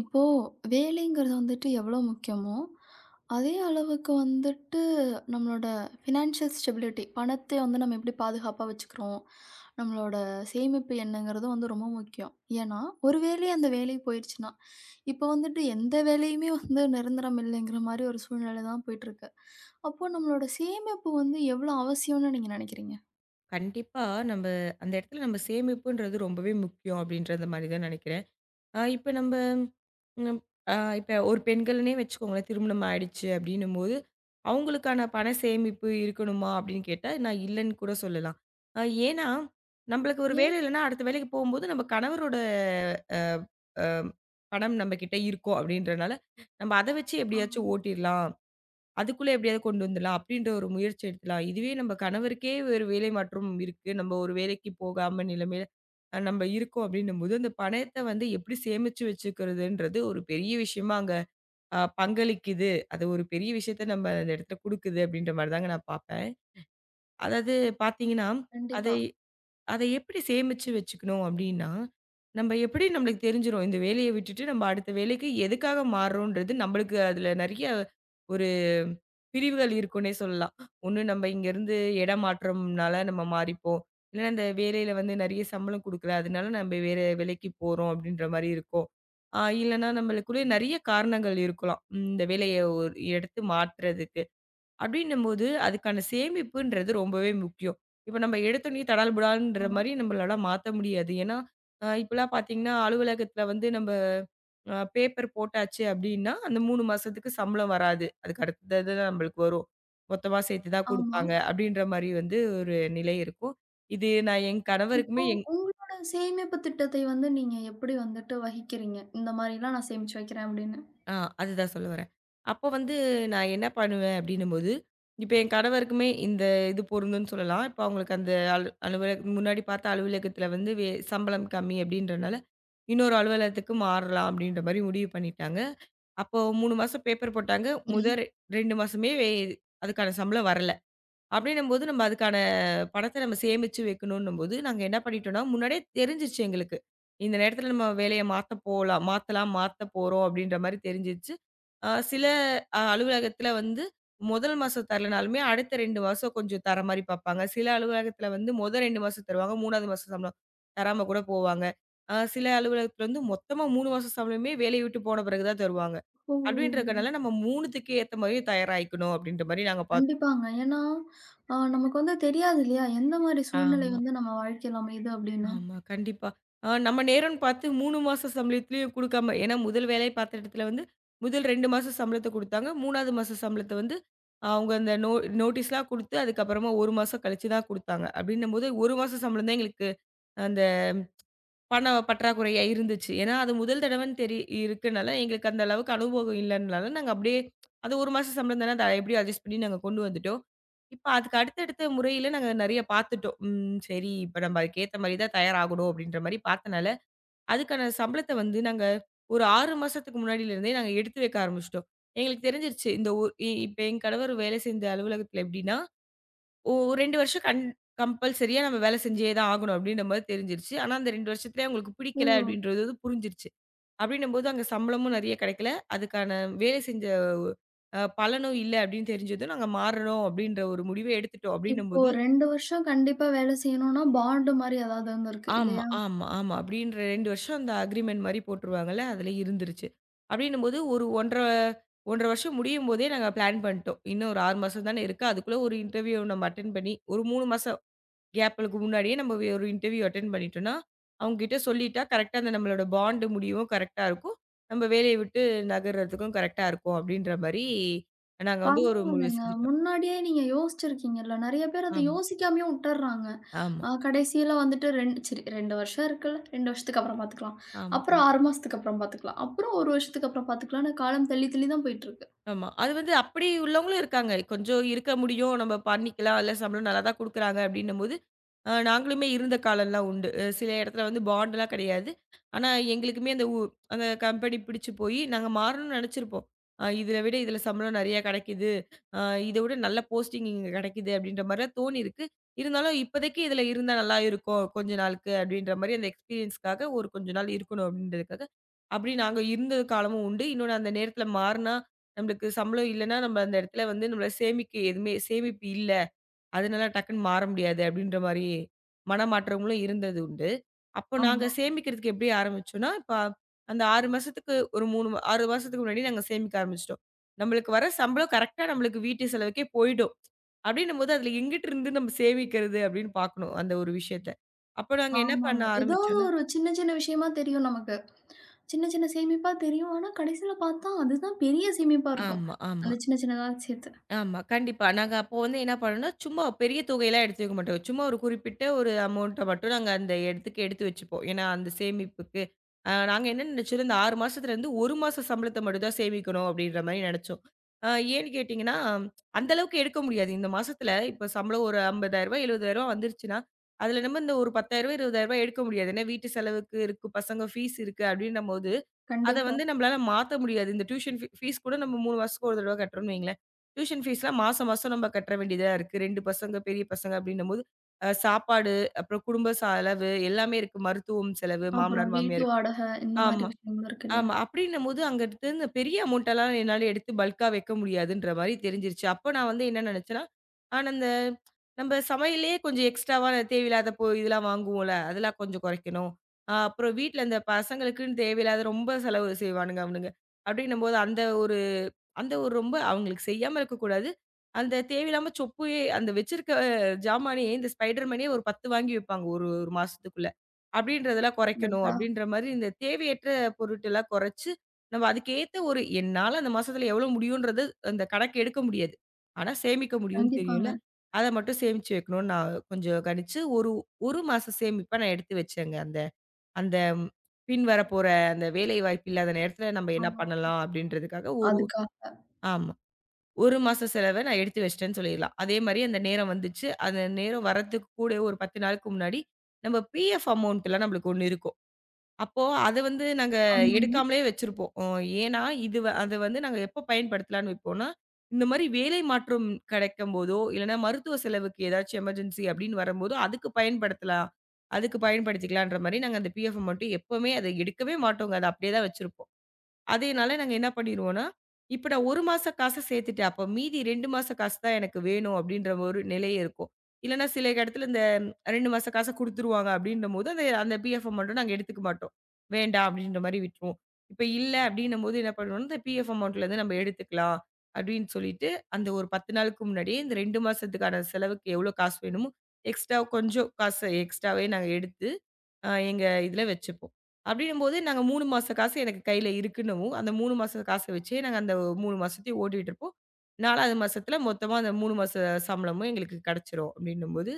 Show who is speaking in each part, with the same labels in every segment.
Speaker 1: இப்போ வேலைங்கிறது வந்துட்டு எவ்வளோ முக்கியமோ, அதே அளவுக்கு வந்துட்டு நம்மளோட ஃபினான்ஷியல் ஸ்டெபிலிட்டி பணத்தை வந்து நம்ம எப்படி பாதுகாப்பா வச்சுக்கிறோம், நம்மளோட சேமிப்பு என்னங்கிறதும் வந்து ரொம்ப முக்கியம். ஏன்னா, ஒரு வேளை அந்த வேலை போயிருச்சுன்னா, இப்போ வந்துட்டு எந்த வேலையுமே வந்து நிரந்தரம் இல்லைங்கிற மாரி ஒரு சூழ்நிலை தான் போயிட்டுருக்கு. அப்போ நம்மளோட சேமிப்பு வந்து எவ்வளோ அவசியம்னு நீங்க நினைக்கிறீங்க?
Speaker 2: கண்டிப்பா. நம்ப அந்த இடத்துல நம்ம சேமிப்புன்றது ரொம்பவே முக்கியம் அப்படின்றது மாரி தான் நெனைக்கிறேன். அ இப்ப நம்ப ம் அ இப்ப ஒரு பெண்கள்னே வச்சுக்கோங்களேன், திருமணம் ஆயிடுச்சு அப்படின்னும்போது, அவங்களுக்கான பண சேமிப்பு இருக்கணுமா அப்படின்னு கேட்டா, நான் இல்லன்னு கூட சொல்லலாம். அ ஏன்னா, நம்பளுக்கு ஒரு
Speaker 1: ஏன்?
Speaker 2: வேலை இல்லன்னா, அடுத்த வேலைக்கு போகும்போது நம்ம கணவரோட அ அ பணம் நம்ம கிட்ட இருக்கும் அப்படின்றனால, நம்ம அத வச்சு
Speaker 1: ஆ.
Speaker 2: எப்படியாச்சும் ஓட்டிறலாம். அதுக்குள்ள எப்படியாவது கொண்டு வந்துடலாம் அப்படின்ற ஒரு முயற்சி எடுக்கலாம். இதுவே நம்ம கணவருக்கே ஒரு வேலை மாற்றம் இருக்கு. நம்ம ஒரு வேலைக்கு போகாம நிலைமையில நம்ம இருக்கோம் அப்படின்னும்போது, அந்த பணத்த வந்து எப்படி சேமிச்சு வச்சுக்கிறதுன்றது ஒரு பெரிய விஷயமா அங்க பங்களிக்குது. அது ஒரு பெரிய விஷயத்த நம்ம அந்த இடத்துல குடுக்குது அப்படின்ற மாரி தாங்க நான் பார்ப்பேன். அதாவது பார்த்தீங்கன்னா,
Speaker 1: கண்டிப்பா.
Speaker 2: அதை அத எப்படி சேமிச்சு வச்சுக்கணும் அப்படின்னா, நம்ம எப்படி நம்மளுக்கு தெரிஞ்சிரும். இந்த வேலைய விட்டுட்டு நம்ம அடுத்த வேலைக்கு எதுக்காக மாறுறோம்ன்றது நம்மளுக்கு அதுல நெறைய ஒரு பிரிவுகள் இருக்குன்னே சொல்லலாம். ஒண்ணு நம்ம இங்கருந்து இடமாற்றம்னால நம்ம மாறிப்போம். இல்லன்னா இந்த வேலையில வந்து நெறைய சம்பளம் குடுக்கல. அதனால நம்ம வேற வேலைக்கு போறோம் அப்படின்ற மாரி இருக்கும். இல்லன்னா நம்மளுக்குள்ளே நெறைய காரணங்கள் இருக்கலாம். இந்த வேலைய ஒரு எடுத்து மாத்துறதுக்கு. அப்படின்னும்போது, அதுக்கான சேமிப்புன்றது ரொம்பவே முக்கியம். இப்ப நம்ம எடுத்தோனே தடால் புடால்ன்ற
Speaker 1: ஆமா.
Speaker 2: மாரி நம்மளால மாத்த முடியாது. ஏன்னா, இப்பலாம் பார்த்தீங்கன்னா, அலுவலகத்தில வந்து நம்ம பேப்பர் போட்டாச்சு அப்படின்னா, அந்த 3 மாசத்துக்கு சம்பளம் வராது. அதுக்கு அடுத்தது தான் நம்மளுக்கு வரும். மொத்தமா சேர்த்து தான்
Speaker 1: ஆமா.
Speaker 2: குடுப்பாங்க. அப்படின்ற மாரி வந்து ஒரு நிலை இருக்கும். இது நான் என்
Speaker 1: இப்போ
Speaker 2: கணவருக்குமே எங்க
Speaker 1: உங்களோட சேமிப்பு திட்டத்தை வந்து நீங்க எப்படி வந்துட்டு வகிக்கிறீங்க? இந்த மாரிலாம் நான் சேமிச்சு வைக்கிறேன் அப்படின்னு.
Speaker 2: ஆ அதுதான் சொல்ல வரேன். அப்போ வந்து நான் என்ன பண்ணுவேன் அப்டின்னும்போது, இப்ப என் கணவருக்குமே இந்த இது பொருந்தும்னு சொல்லலாம். இப்ப அவங்களுக்கு அந்த அலுவலக முன்னாடி பார்த்த அலுவலகத்தில வந்து சம்பளம் கம்மி அப்டின்றனால, இன்னொரு அலுவலகத்துக்கு மாறலாம் அப்டின்ற மாரி முடிவு பண்ணிட்டாங்க. அப்போ 3 மாசம் பேப்பர் போட்டாங்க.
Speaker 1: சரி.
Speaker 2: முதல் 2 மாசமே அதுக்கான சம்பளம் வரல. அப்படின்னும்போது நம்ம அதுக்கான பணத்த நம்ம சேமிச்சு வைக்கணுன்னும்போது, நாங்க என்ன பண்ணிட்டோம்னா, முன்னாடியே தெரிஞ்சிருச்சு எங்களுக்கு. இந்த நேரத்தில நம்ம வேலைய மாத்த போலாம் மாத்தலாம், மாத்த போறோம் அப்படின்ற மாரி தெரிஞ்சிருச்சு. சில அலுவலகத்தில வந்து முதல் மாசம் தரலனாலுமே, அடுத்த 2 மாசம் கொஞ்சம் தர மாரி பார்ப்பாங்க. சில அலுவலகத்தில வந்து மொத 2 மாசம் தருவாங்க. 3வது மாசம் சம்பளம் தராம கூட போவாங்க. சில அலுவலகத்தில வந்து மொத்தமா 3 மாசம் சம்பளமே வேலைய விட்டு போன பிறகு தான் தருவாங்க.
Speaker 1: ஓ!
Speaker 2: அப்படின்றதுனால நம்ம 3த்துக்கு ஏத்த மாரியும் தயாராயிக்கணும் அப்படின்ற மாரி நாங்க பார்த்தோம்.
Speaker 1: கண்டிப்பாங்க. ஏன்னா, நமக்கு வந்து தெரியாது இல்லையா? எந்த மாரி சூழ்நிலை
Speaker 2: ஆமா.
Speaker 1: வந்து நம்ம வாழ்க்கையில அமையுது அப்படின்னு.
Speaker 2: ஆமா, கண்டிப்பா. நம்ம நேரம்னு பார்த்து 3 மாச சம்பளத்துலயும் குடுக்காம ஏன்னா முதல் வேலை பார்த்த இடத்துல வந்து, முதல் 2 மாசம் சம்பளத்த குடுத்தாங்க. 3வது மாச சம்பளத்த வந்து, அவங்க அந்த நோட்டீஸ்லாம் குடுத்து, அதுக்கப்புறமா 1 மாசம் கழிச்சு தான் குடுத்தாங்க. அப்படின்னும்போது 1 மாச சம்பளம் தான் எங்களுக்கு அந்த பண பற்றாக்குறையா இருந்துச்சு. ஏன்னா, அது முதல் தடவன்னு இருக்கனால, எங்களுக்கு அந்த அளவுக்கு அனுபவம் இல்லன்னால, நாங்க அப்படியே அது 1 மாச சம்பளம் தானே. அத எப்படியும் அட்ஜஸ்ட் பண்ணி நாங்க கொண்டு வந்துட்டோம். இப்ப அதுக்கு அடுத்தடுத்த முறையில நாங்க நெறைய பார்த்துட்டோம். சரி, இப்ப நம்ம அதுக்கேத்த மாரி தான் தயாராகணும் அப்படின்ற மாரி பார்த்தனால, அதுக்கான சம்பளத்த வந்து நாங்க ஒரு 6 மாசத்துக்கு முன்னாடிலருந்தே நாங்க எடுத்து வைக்க ஆரம்பிச்சுட்டோம். எங்களுக்கு தெரிஞ்சிருச்சு. இந்த ஒ இ இப்ப என் கணவர் வேலை செஞ்ச அலுவலகத்துல எப்படின்னா, ஓ! 2 வருஷம் கம்பல்சரியா நம்ம வேலை செஞ்சே தான் ஆகணும் அப்டின்ற மாரி தெரிஞ்சிருச்சு. ஆனா, அந்த 2 வருஷத்துலயே அவங்களுக்கு
Speaker 1: ஓ!
Speaker 2: பிடிக்கல அப்டின்றது வந்து புரிஞ்சிருச்சு. அப்டின்னும்போது அங்க சம்பளமும் நெறைய கிடைக்கல. அதுக்கான வேலை செஞ்ச பலனும் இல்ல அப்டின்னு தெரிஞ்சதும் நாங்க மாறணும் அப்டின்ற ஒரு முடிவே எடுத்துட்டோம்
Speaker 1: இப்போ
Speaker 2: அப்டின்னும்போது
Speaker 1: 2 வருஷம் கண்டிப்பா வேலை செய்யணும்னா, பாண்டு மாரி ஏதாவது இருந்திருக்கு
Speaker 2: ஆமா,
Speaker 1: இல்லையா?
Speaker 2: ஆமா, ஆமா. அப்டின்ற 2 வருஷம் அந்த அக்ரீமெண்ட் மாரி போட்டுருவாங்கல்ல, அதுல இருந்துருச்சு. அப்டின்னும்போது ஒரு 1 1/2 வருஷம் முடியும்போதே நாங்க பிளான் பண்ணிட்டோம். இன்னும் ஒரு 6 மாசம் தானே இருக்கு. அதுக்குள்ள ஒரு இன்டர்வியூ நம்ம அட்டெண்ட் பண்ணி ஒரு 3 மாசம் கேப்களுக்கு முன்னாடியே நம்ம ஒரு இன்டர்வியூ அட்டெண்ட் பண்ணிட்டோம்னா, அவங்ககிட்ட சொல்லிட்டா கரெக்ட்டா அந்த நம்மளோட பாண்ட் முடியவும் கரெக்ட்டா இருக்கும். நம்ம வேலைய விட்டு நகர்றதுக்கும் கரெக்ட்டா இருக்கும். அப்டின்ற மாரி நாங்க வந்து ஒரு முடிவு
Speaker 1: பரவாயில்லங்க.
Speaker 2: செஞ்சுட்டோம்.
Speaker 1: முன்னாடியே நீங்க யோசிச்சிருக்கீங்கல்ல. நெறைய பேர் அத
Speaker 2: ஆமா,
Speaker 1: யோசிக்காமயே உட்டர்றாங்க.
Speaker 2: ஆமா,
Speaker 1: ஆ கடைசியில வந்துட்டு 2 சரி 2 வருஷம் இருக்குல்ல. 2 வருஷத்துக்கு அப்புறம் பார்த்துக்கலாம்.
Speaker 2: ஆமா.
Speaker 1: அப்புறம் 6 மாசத்துக்கு அப்புறம் பார்த்துக்கலாம். அப்புறம் 1 வருஷத்துக்கு அப்புறம் பார்த்துக்கலாம்ன்னு காலம் தள்ளி தள்ளி தான் போயிட்டுருக்கு.
Speaker 2: ஆமா. அது வந்து அப்படி உள்ளவங்களும் இருக்காங்க. கொஞ்சம் இருக்க முடியும். நம்ம பண்ணிக்கலாம். இல்ல சம்பளம் நல்லா தான் குடுக்குறாங்க அப்படின்னும்போது, நாங்களுமே இருந்த காலம்லாம் உண்டு. சில இடத்துல வந்து பாண்ட்லாம் கிடையாது. ஆனா எங்களுக்குமே அந்த அந்த கம்பெனி பிடிச்சு போயி நாங்க மாறணும்னு நெனச்சிருப்போம். இத விட இதுல சம்பளம் நெறையா கிடைக்குது. அ இத விட நல்ல போஸ்டிங் இங்க கிடைக்குது அப்படின்ற மாரிலாம் தோணியிருக்கு. இருந்தாலும் இப்போதைக்கு இதுல இருந்தா நல்லா இருக்கும். கொஞ்ச நாளுக்கு அப்படின்ற மாரி அந்த எக்ஸ்பீரியன்ஸ்க்காக ஒரு கொஞ்ச நாள் இருக்கணும் அப்படின்றதுக்காக, அப்படி நாங்க இருந்த காலமும் உண்டு. இன்னொன்னு அந்த நேரத்துல மாறுனா நம்மளுக்கு சம்பளம் இல்லன்னா, நம்ம அந்த இடத்துல வந்து நம்மள சேமிக்க எதுவுமே சேமிப்பு இல்ல. அதனால டக்குன்னு மாற முடியாது அப்படின்ற மாரி மனமாற்றங்களும் இருந்தது உண்டு. அப்போ நாங்க
Speaker 1: ஆமா.
Speaker 2: சேமிக்கிறதுக்கு எப்படி ஆரம்பிச்சோம்னா, இப்ப அந்த 6 மாசத்துக்கு ஒரு 3 மா 6 மாசத்துக்கு முன்னாடி நாங்க சேமிக்க ஆரம்பிச்சுட்டோம். நம்மளுக்கு வர சம்பளம் கரெக்ட்டா நம்மளுக்கு வீட்டு செலவுக்கே போயிடும். அப்படின்னும்போது அதுல எங்கிட்டு இருந்து நம்ம சேமிக்கிறது அப்படின்னு பார்க்கணும் அந்த ஒரு விஷயத்த. அப்ப நாங்க என்ன பண்ண
Speaker 1: ஆமாங்க. ஏதாவது
Speaker 2: ஆரம்பிச்சோம்னா
Speaker 1: ஒரு சின்ன சின்ன விஷயமா தெரியும் நமக்கு. சின்ன சின்ன சேமிப்பா தெரியும். ஆனா கடைசியில பார்த்தா அதுதான் பெரிய சேமிப்பா இருக்கும்.
Speaker 2: ஆமா, ஆமா.
Speaker 1: அந்த சின்ன சின்னதா சேர்த்து.
Speaker 2: ஆமா. கண்டிப்பா. நாங்க அப்போ வந்து என்ன பண்ணோம்னா, சும்மா பெரிய தொகையெல்லாம் எடுத்து வைக்க மாட்டோம். சும்மா ஒரு குறிப்பிட்ட ஒரு அமௌண்ட்ட மட்டும் நாங்க அந்த இடத்துக்கு எடுத்து வச்சுப்போம். ஏன்னா, அந்த சேமிப்புக்கு. நாங்க என்ன நினைச்சோம், இந்த 6 மாசத்துலருந்து 1 மாச சம்பளத்த மட்டும் தான் சேமிக்கணும் அப்படின்ற மாரி நெனைச்சோம். அ ஏன்னு கேட்டீங்கன்னா, அந்த அளவுக்கு எடுக்க முடியாது. இந்த மாசத்துல இப்ப சம்பளம் ஒரு ரூ. 50,000 ரூ. 70,000 வந்துருச்சுன்னா, அதுல நம்ம இந்த ஒரு ரூ. 10,000 ரூ. 20,000 எடுக்க முடியாது. ஏன்னா, வீட்டு செலவுக்கு இருக்கு, பசங்க ஃபீஸ் இருக்கு அப்படின்னும்போது அத
Speaker 1: கண்டிப்பா.
Speaker 2: வந்து நம்மளால மாத்த முடியாது. இந்த டியூஷன் ஃபீஸ் கூட நம்ம 3 வருஷத்துக்கு ஒரு தடவ கட்டுறோம்னு வைங்களேன். டியூஷன் ஃபீஸ்லாம் மாசம், மாசம் நம்ம கட்ட வேண்டியதா இருக்கு. 2 பசங்க, பெரிய பசங்க அப்படின்னும்போது, சாப்பாடு, அப்புறம் குடும்ப செலவு எல்லாமே இருக்கு. மருத்துவம் செலவு,
Speaker 1: அப்புறம்
Speaker 2: மாமனார்,
Speaker 1: வீட்டு
Speaker 2: மாமியாருக்கு.
Speaker 1: வாடகை இந்த மாரி
Speaker 2: ஆமா.
Speaker 1: விஷயங்கள் இருக்கு இல்லையா?
Speaker 2: ஆமா. அப்படின்னும்போது அங்கருந்து இந்த பெரிய அமௌண்ட்டெல்லாம் என்னால எடுத்து பல்க்கா வைக்க முடியாதுன்ற மாரி தெரிஞ்சிருச்சு. அப்போ நான் வந்து என்ன நெனச்சேன்னா, அந்த நம்ம சமையல்லயே கொஞ்சம் எக்ஸ்ட்ராவா தேவையில்லாத இதெல்லாம் வாங்குவோம்ல, அதெல்லாம் கொஞ்சம் குறைக்கணும். அப்புறம் வீட்ல இந்த பசங்களுக்குன்னு தேவையில்லாத ரொம்ப செலவு செய்வானுங்க அவனுங்க. அப்படின்னும்போது அந்த ஒரு ரொம்ப அவங்களுக்கு செய்யாம இருக்கக்கூடாது. அந்த தேவையில்லாம சொப்பே அந்த வச்சிருக்க ஜாமானே இந்த ஸ்பைடர் மேனே ஒரு 10 வாங்கி வைப்பாங்க ஒரு மாசத்துக்குள்ள. அப்படின்றதெல்லாம் குறைக்கணும்
Speaker 1: கரெக்ட்டா?
Speaker 2: அப்படின்ற மாரி இந்த தேவையற்ற பொருட்டெல்லாம் குறைச்சு, நம்ம அதுக்கேத்த ஒரு என்னால அந்த மாசத்துல எவ்வளோ முடியுன்றது அந்த கணக்கு எடுக்க முடியாது. ஆனா சேமிக்க முடியும்னு தெரியும்ல.
Speaker 1: கண்டிப்பாங்க.
Speaker 2: அத மட்டும் சேமிச்சு வைக்கணும்னு நான் கொஞ்சம் கணிச்சு ஒரு மாச சேமிப்பா நான் எடுத்து வச்சேங்க. அந்த அந்த பின் வரப்போற அந்த வேலை வாய்ப்பு இல்லாத நேரத்துல நம்ம என்ன
Speaker 1: ஆமா.
Speaker 2: பண்ணலாம் அப்படின்றதுக்காக ஒரு
Speaker 1: அதுக்காக.
Speaker 2: ஆமா. 1 மாச செலவ நான் எடுத்து வச்சுட்டேன்னு சொல்லிடலாம். அதே மாரி அந்த நேரம் வந்துச்சு. அந்த நேரம் வரதுக்கு கூட ஒரு 10 நாளுக்கு முன்னாடி, நம்ம பிஎஃப் அமௌண்ட்லாம் நம்மளுக்கு ஒண்ணு இருக்கும். அப்போ அத வந்து நாங்க
Speaker 1: ஆமாங்க.
Speaker 2: எடுக்காமலே வச்சிருப்போம். ஏன்னா, இது அத வந்து நாங்க எப்ப பயன்படுத்தலான்னு வைப்போம்னா, இந்த மாரி வேலை மாற்றம் கிடைக்கும்போதோ, இல்லன்னா மருத்துவ செலவுக்கு ஏதாச்சும் எமர்ஜென்சி அப்டின்னு வரும்போதோ, அதுக்கு பயன்படுத்தலாம். அதுக்கு பயன்படுத்திக்கலான்ற மாரி நாங்க அந்த பிஎஃப் அமௌண்ட் எப்பவுமே அத எடுக்கவே மாட்டோங்க. அத அப்டியே தான் வச்சிருப்போம். அதேனால நாங்க என்ன பண்ணிருவோம்னா, இப்ப நான் 1 மாச காச சேர்த்துட்டேன். அப்ப மீதி 2 மாச காசு தான் எனக்கு வேணும் அப்படின்ற ஒரு நிலை இருக்கும். இல்லன்னா சில இடத்துல இந்த 2 மாச காச குடுத்துருவாங்க அப்படின்னும்போது, அந்த அந்த பிஎஃப் அமௌண்ட்ட நாங்க எடுத்துக்க மாட்டோம். வேண்டாம் அப்படின்ற மாரி விட்டுருவோம். இப்ப இல்ல அப்படின்னும்போது என்ன பண்ணுவோம்னா, இந்த பிஎஃப் அமௌண்ட்ல இருந்து நம்ம எடுத்துக்கலாம் அப்படின்னு சொல்லிட்டு, அந்த ஒரு 10 நாளுக்கு முன்னாடியே இந்த 2 மாசத்துக்கான செலவுக்கு எவ்வளோ காசு வேணுமோ, எக்ஸ்ட்ரா கொஞ்சம் காசு எக்ஸ்ட்ராவே நாங்க எடுத்து எங்க இதுல வச்சுப்போம். அப்படின்னும்போது நாங்க 3 மாச காசு எனக்கு கையில இருக்குன்னவும், அந்த 3 மாச காச வச்சே நாங்க அந்த 3 மாசத்தையும் ஓட்டிட்டுருப்போம். 4வது மாசத்துல மொத்தமா அந்த 3 மாச சம்பளமும் எங்களுக்கு கிடைச்சிரும் அப்படின்னும்போது,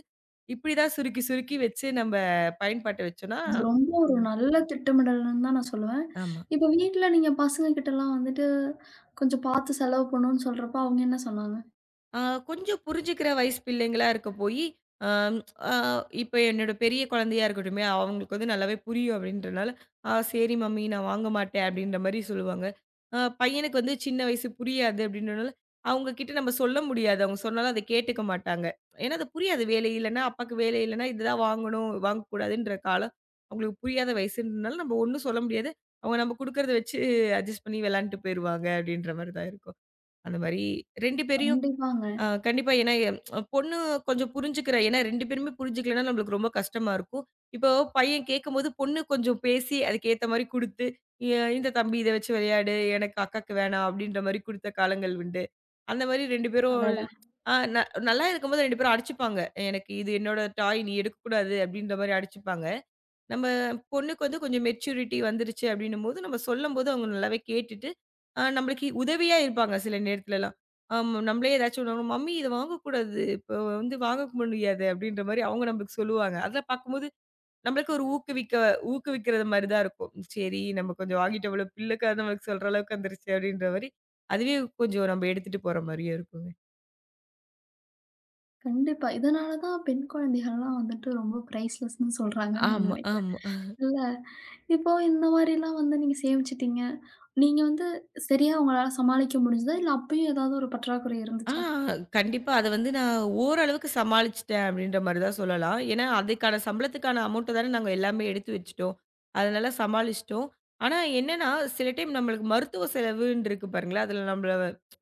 Speaker 2: இப்படிதான் சுருக்கி சுருக்கி வச்சு நம்ம பயன்பாட்ட வச்சோம்னா
Speaker 1: இது ரொம்ப ஒரு
Speaker 2: ம்.
Speaker 1: நல்ல திட்டமிடல்ன்னு தான் நான் சொல்லுவேன்.
Speaker 2: ஆமா.
Speaker 1: இப்ப வீட்ல நீங்க பசங்க கிட்டலாம் வந்துட்டு கொஞ்சம் பார்த்து செலவு பண்ணுன்னு சொல்றப்போ, அவங்க என்ன சொன்னாங்க?
Speaker 2: ஆ கொஞ்சம் புரிஞ்சுக்கிற வயசு பிள்ளைங்களா இருக்க போயி, அம் அ இப்ப என்னோட பெரிய குழந்தையா இருக்கட்டுமே, அவங்களுக்கு வந்து நல்லாவே புரியும் அப்படின்றனால, "ஆ சரி மம்மி நான் வாங்க மாட்டேன்" அப்படின்ற மாரி சொல்லுவாங்க. பையனுக்கு வந்து சின்ன வயசு புரியாது அப்படின்றனால, அவங்க கிட்ட நம்ம சொல்ல முடியாது. அவங்க சொன்னாலும் அத கேட்டுக்க மாட்டாங்க. ஏன்னா அது புரியாது. வேலை இல்லன்னா, அப்பாக்கு வேலை இல்லன்னா, இதுதான் வாங்கணும், வாங்கக்கூடாதுன்ற காலம். அவங்களுக்கு புரியாத வயசுன்றனால நம்ம ஒண்ணும் சொல்ல முடியாது. அவங்க நம்ம குடுக்கறத வச்சு அட்ஜஸ்ட் பண்ணி விளையாண்டுட்டு போயிருவாங்க அப்படின்ற மாரி தான் இருக்கும். அந்த மாரி 2 பேரையும்
Speaker 1: கண்டிப்பாங்க.
Speaker 2: கண்டிப்பா. ஏன்னா, பொண்ணு கொஞ்சம் புரிஞ்சுக்கிறா. ஏன்னா 2 பேருமே புரிஞ்சுக்கலன்னா நம்மளுக்கு ரொம்ப கஷ்டமா இருக்கும். இப்போ பையன் கேட்கும்போது பொண்ணு கொஞ்சம் பேசி அதுக்கேத்த மாரி குடுத்து, "எ இந்த தம்பி இத வச்சு விளையாடு. எனக்கு அக்காக்கு வேணாம்." அப்படின்ற மாரி குடுத்த காலங்கள் உண்டு. அந்த மாரி 2 பேரும்
Speaker 1: அடடா!
Speaker 2: ஆ ந நல்லா இருக்கும்போது 2 பேரும் அடிச்சுப்பாங்க. "எனக்கு இது என்னோட டாய். நீ எடுக்கக்கூடாது." அப்படின்ற மாரி அடிச்சுப்பாங்க. நம்ம பொண்ணுக்கு வந்து கொஞ்சம் மெச்சூரிட்டி வந்துருச்சு அப்படின்னும்போது, நம்ம சொல்லும்போது அவங்க நல்லாவே கேட்டுட்டு, நம்மளுக்கு உதவியா இருப்பாங்க சில நேரத்துலலாம். ஆமா, நம்மளே ஏதாச்சும் ஒண்ணு வாங்கணும், "மம்மி இத வாங்கக்கூடாது. இப்போ வந்து வாங்க முடியாது" அப்படின்ற மாரி அவங்க நம்மளுக்கு சொல்லுவாங்க. அதெல்லாம் பார்க்கும்போது நம்மளுக்கு ஒரு ஊக்குவிக்கிறது மாரி தான் இருக்கும். சரி நம்ம கொஞ்சம் வாங்கிட்டோம்ல, பிள்ளைக்காவது நம்மளுக்கு சொல்ற அளவுக்கு வந்துருச்சு அப்படின்ற மாரி, அதுவே கொஞ்சம் நம்ம எடுத்துட்டு போற மாரியும் இருக்குங்க.
Speaker 1: கண்டிப்பா. இதனால தான் பெண் குழந்தைகள்லாம் வந்துட்டு ரொம்ப பிரைஸ்லெஸ்ன்னு சொல்றாங்கன்னு நான்
Speaker 2: ஆமா,
Speaker 1: நெனைக்கிறேன்.
Speaker 2: ஆமா.
Speaker 1: இல்ல. இப்போ இந்த மாரிலாம் வந்து நீங்க சேமிச்சுட்டீங்க. நீங்க வந்து சரியா உங்களால சமாளிக்க முடிஞ்சதா? இல்ல அப்பயும் ஏதாவது ஒரு பற்றாக்குறை
Speaker 2: ஆ
Speaker 1: இருந்துச்சா?
Speaker 2: கண்டிப்பா. அத வந்து நான் ஓரளவுக்கு சமாளிச்சுட்டேன் அப்படின்ற மாரி தான் சொல்லலாம். ஏன்னா, அதுக்கான சம்பளத்துக்கான அமௌண்ட்ட தானே நாங்க எல்லாமே எடுத்து வச்சுட்டோம். அதனால சமாளிச்சுட்டோம். ஆனா என்னன்னா, சில டைம் நம்மளுக்கு மருத்துவ செலவுன்னு இருக்கு பாருங்களேன், அதுல நம்மள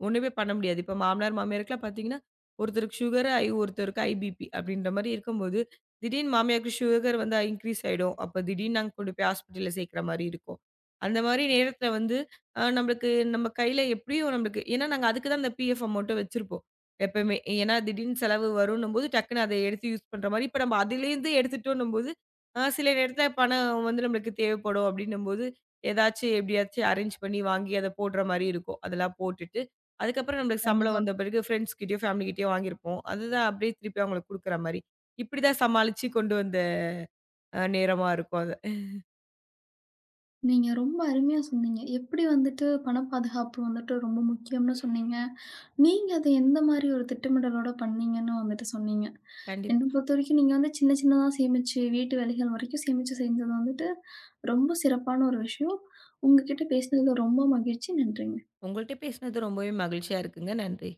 Speaker 2: ஒண்ணுமே பண்ண முடியாது. இப்ப மாமனார், மாமியாருக்குலாம் பார்த்தீங்கன்னா, ஒருத்தருக்கு சுகர், ஒருத்தருக்கு ஐபிபி அப்படின்ற மாரி இருக்கும்போது, திடீர்னு மாமியாருக்கு சுகர் வந்து இன்க்ரீஸ் ஆயிடும். அப்ப திடீர்னு நாங்க கொண்டு போய் ஹாஸ்பிட்டல்ல சேர்க்கிற மாரி இருக்கும். அந்த மாரி நேரத்துல வந்து நம்மளுக்கு நம்ம கையில எப்படியும் நம்மளுக்கு ஏன்னா நாங்க அதுக்கு தான் அந்த பிஎஃப் அமௌண்ட்ட வச்சிருப்போம். எப்பவுமே. ஏன்னா திடீர்னு செலவு வரும்ன்னும்போது டக்குனு அத எடுத்து யூஸ் பண்ற மாரி, இப்ப நம்ம அதிலேருந்து எடுத்துட்டோம்ன்னும்போது, சில நேரத்துல பணம் வந்து நம்மளுக்கு தேவைப்படும் அப்படின்னும்போது, ஏதாச்சும் எப்படியாச்சும் அரேஞ்ச் பண்ணி வாங்கி அத போடுற மாரி இருக்கும். அதெல்லாம் போட்டுட்டு, அதுக்கப்புறம் நம்மளுக்கு சம்பளம்
Speaker 1: கண்டிப்பா.
Speaker 2: வந்த பிறகு ஃப்ரெண்ட்ஸ் கிட்டயோ, ஃபேமிலி கிட்டயோ வாங்கியிருப்போம். அதுதான் அப்படியே திருப்பி அவங்களுக்கு குடுக்குற மாரி. இப்படிதான் சமாளிச்சு கொண்டு வந்த நேரமா இருக்கும் அது.
Speaker 1: நீங்க ரொம்ப அருமையா சொன்னீங்க. எப்படி வந்துட்டு பண பாதுகாப்பு வந்துட்டு ரொம்ப முக்கியம்னு சொன்னீங்க. நீங்க அத எந்த மாரி ஒரு திட்டமிடலோட பண்ணீங்கன்னு வந்துட்டு சொன்னீங்க. என்ன
Speaker 2: கண்டிப்பா.
Speaker 1: பொறுத்தவரைக்கும் நீங்க வந்து சின்ன சின்னதா சேமிச்சு, வீட்டு வேலைகள் வரைக்கும் சேமிச்சு செஞ்சது வந்துட்டு ரொம்ப சிறப்பான ஒரு விஷயம். உங்ககிட்ட பேசினதுல ரொம்ப மகிழ்ச்சி. நன்றிங்க.
Speaker 2: உங்கள்ட்ட பேசினது ரொம்பவே மகிழ்ச்சியா இருக்குங்க. நன்றி.